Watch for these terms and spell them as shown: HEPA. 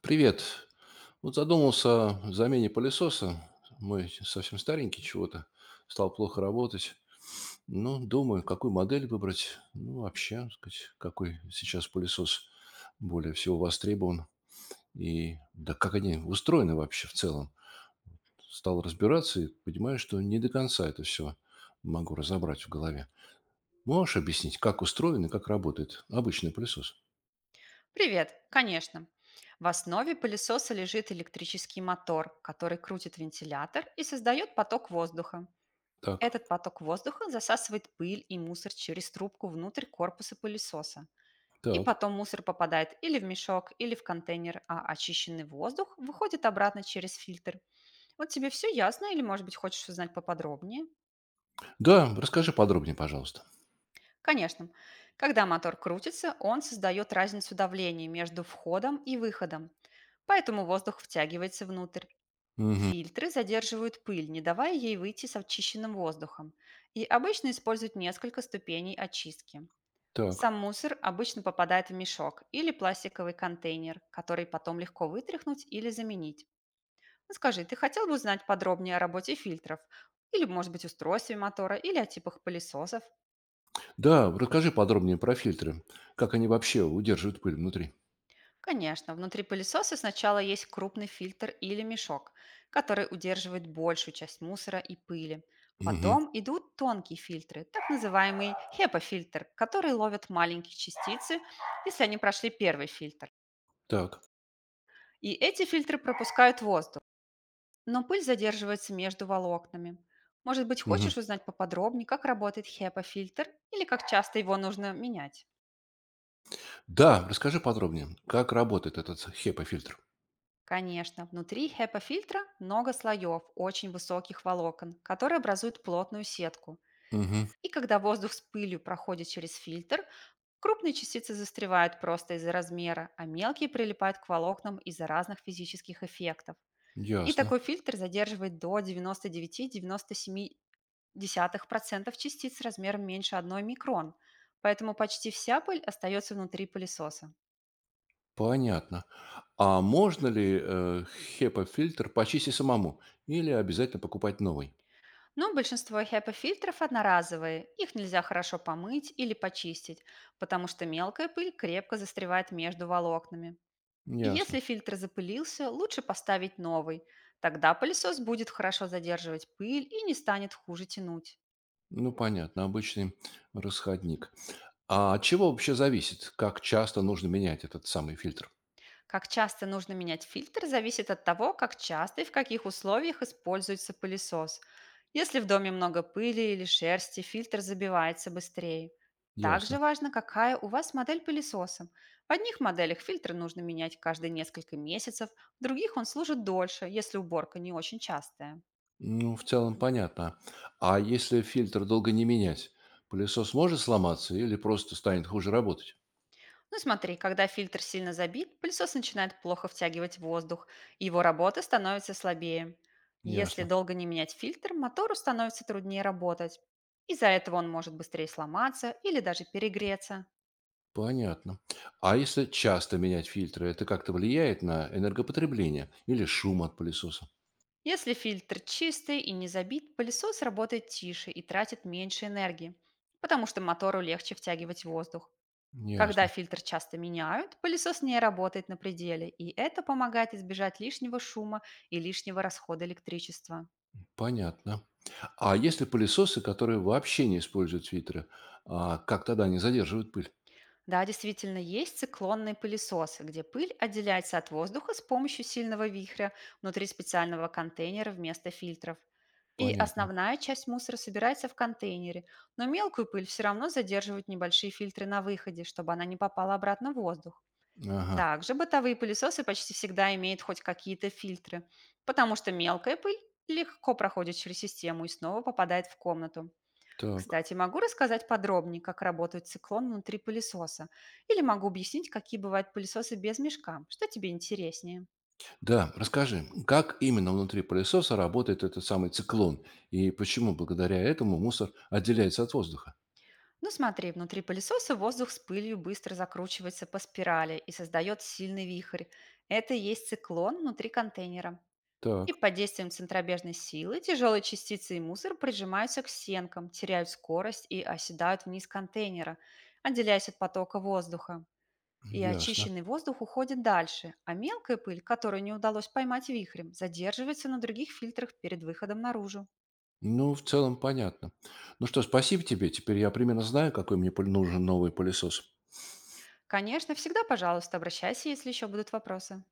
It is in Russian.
Привет. Вот задумался о замене пылесоса. Мой совсем старенький чего-то. Стал плохо работать. Ну, думаю, какую модель выбрать. Ну, вообще, так сказать, какой сейчас пылесос более всего востребован. И да, как они устроены вообще в целом. Стал разбираться и понимаю, что не до конца это все могу разобрать в голове. Можешь объяснить, как устроен и как работает обычный пылесос? Привет, конечно. В основе пылесоса лежит электрический мотор, который крутит вентилятор и создает поток воздуха. Так, Этот поток воздуха засасывает пыль и мусор через трубку внутрь корпуса пылесоса. И так. потом мусор попадает или в мешок, или в контейнер, а очищенный воздух выходит обратно через фильтр. Вот тебе все ясно или, может быть, хочешь узнать поподробнее? Да, расскажи подробнее, пожалуйста. Конечно. Когда мотор крутится, он создает разницу давления между входом и выходом. Поэтому воздух втягивается внутрь. Угу. Фильтры задерживают пыль, не давая ей выйти с очищенным воздухом. И обычно используют несколько ступеней очистки. Так. Сам мусор обычно попадает в мешок или пластиковый контейнер, который потом легко вытряхнуть или заменить. Ну, скажи, ты хотел бы узнать подробнее о работе фильтров? Или, может быть, устройстве мотора, или о типах пылесосов? Да, расскажи подробнее про фильтры. Как они вообще удерживают пыль внутри? Конечно, внутри пылесоса сначала есть крупный фильтр или мешок, который удерживает большую часть мусора и пыли. Мгм. Потом идут тонкие фильтры, так называемый HEPA-фильтр, которые ловят маленькие частицы, если они прошли первый фильтр. Так. И эти фильтры пропускают воздух, но пыль задерживается между волокнами. Может быть, Мгм. хочешь узнать поподробнее, как работает HEPA-фильтр или как часто его нужно менять? Да, расскажи подробнее, как работает этот хепа фильтр. Конечно, внутри HEPA-фильтра много слоев очень высоких волокон, которые образуют плотную сетку. Мгм. И когда воздух с пылью проходит через фильтр, крупные частицы застревают просто из-за размера, а мелкие прилипают к волокнам из-за разных физических эффектов. И Ясно. такой фильтр задерживает до 99,97% частиц размером меньше 1 микрон, поэтому почти вся пыль остается внутри пылесоса. Понятно. А можно ли HEPA-фильтр почистить самому или обязательно покупать новый? Но большинство HEPA-фильтров одноразовые, их нельзя хорошо помыть или почистить, потому что мелкая пыль крепко застревает между волокнами. И если Ясно. фильтр запылился, лучше поставить новый. Тогда пылесос будет хорошо задерживать пыль и не станет хуже тянуть. Ну, понятно, обычный расходник. А от чего вообще зависит, как часто нужно менять этот самый фильтр? Как часто нужно менять фильтр, зависит от того, как часто и в каких условиях используется пылесос. Если в доме много пыли или шерсти, фильтр забивается быстрее. Также Ясно. важно, какая у вас модель пылесоса. В одних моделях фильтр нужно менять каждые несколько месяцев, в других он служит дольше, если уборка не очень частая. Ну, в целом понятно. А если фильтр долго не менять, пылесос может сломаться или просто станет хуже работать? Ну смотри, когда фильтр сильно забит, пылесос начинает плохо втягивать воздух, и его работа становится слабее. Если Ясно. долго не менять фильтр, мотору становится труднее работать. Из-за этого он может быстрее сломаться или даже перегреться. Понятно. А если часто менять фильтры, это как-то влияет на энергопотребление или шум от пылесоса? Если фильтр чистый и не забит, пылесос работает тише и тратит меньше энергии, потому что мотору легче втягивать воздух. Когда Ясно. фильтр часто меняют, пылесос не работает на пределе, и это помогает избежать лишнего шума и лишнего расхода электричества. Понятно. А если пылесосы, которые вообще не используют фильтры, а как тогда они задерживают пыль? Да, действительно, есть циклонные пылесосы, где пыль отделяется от воздуха с помощью сильного вихря внутри специального контейнера вместо фильтров. И Понятно. основная часть мусора собирается в контейнере, но мелкую пыль все равно задерживают небольшие фильтры на выходе, чтобы она не попала обратно в воздух. Ага. Также бытовые пылесосы почти всегда имеют хоть какие-то фильтры, потому что мелкая пыль легко проходит через систему и снова попадает в комнату. Так. Кстати, могу рассказать подробнее, как работает циклон внутри пылесоса. Или могу объяснить, какие бывают пылесосы без мешка. Что тебе интереснее? Да, расскажи, как именно внутри пылесоса работает этот самый циклон и почему благодаря этому мусор отделяется от воздуха? Ну смотри, внутри пылесоса воздух с пылью быстро закручивается по спирали и создает сильный вихрь. Это и есть циклон внутри контейнера. И Так, под действием центробежной силы тяжелые частицы и мусор прижимаются к стенкам, теряют скорость и оседают вниз контейнера, отделяясь от потока воздуха. И ясно. очищенный воздух уходит дальше, а мелкая пыль, которую не удалось поймать вихрем, задерживается на других фильтрах перед выходом наружу. Ну, в целом понятно. Ну что, спасибо тебе. Теперь я примерно знаю, какой мне пыль- нужен новый пылесос. Конечно, всегда, пожалуйста, обращайся, если еще будут вопросы.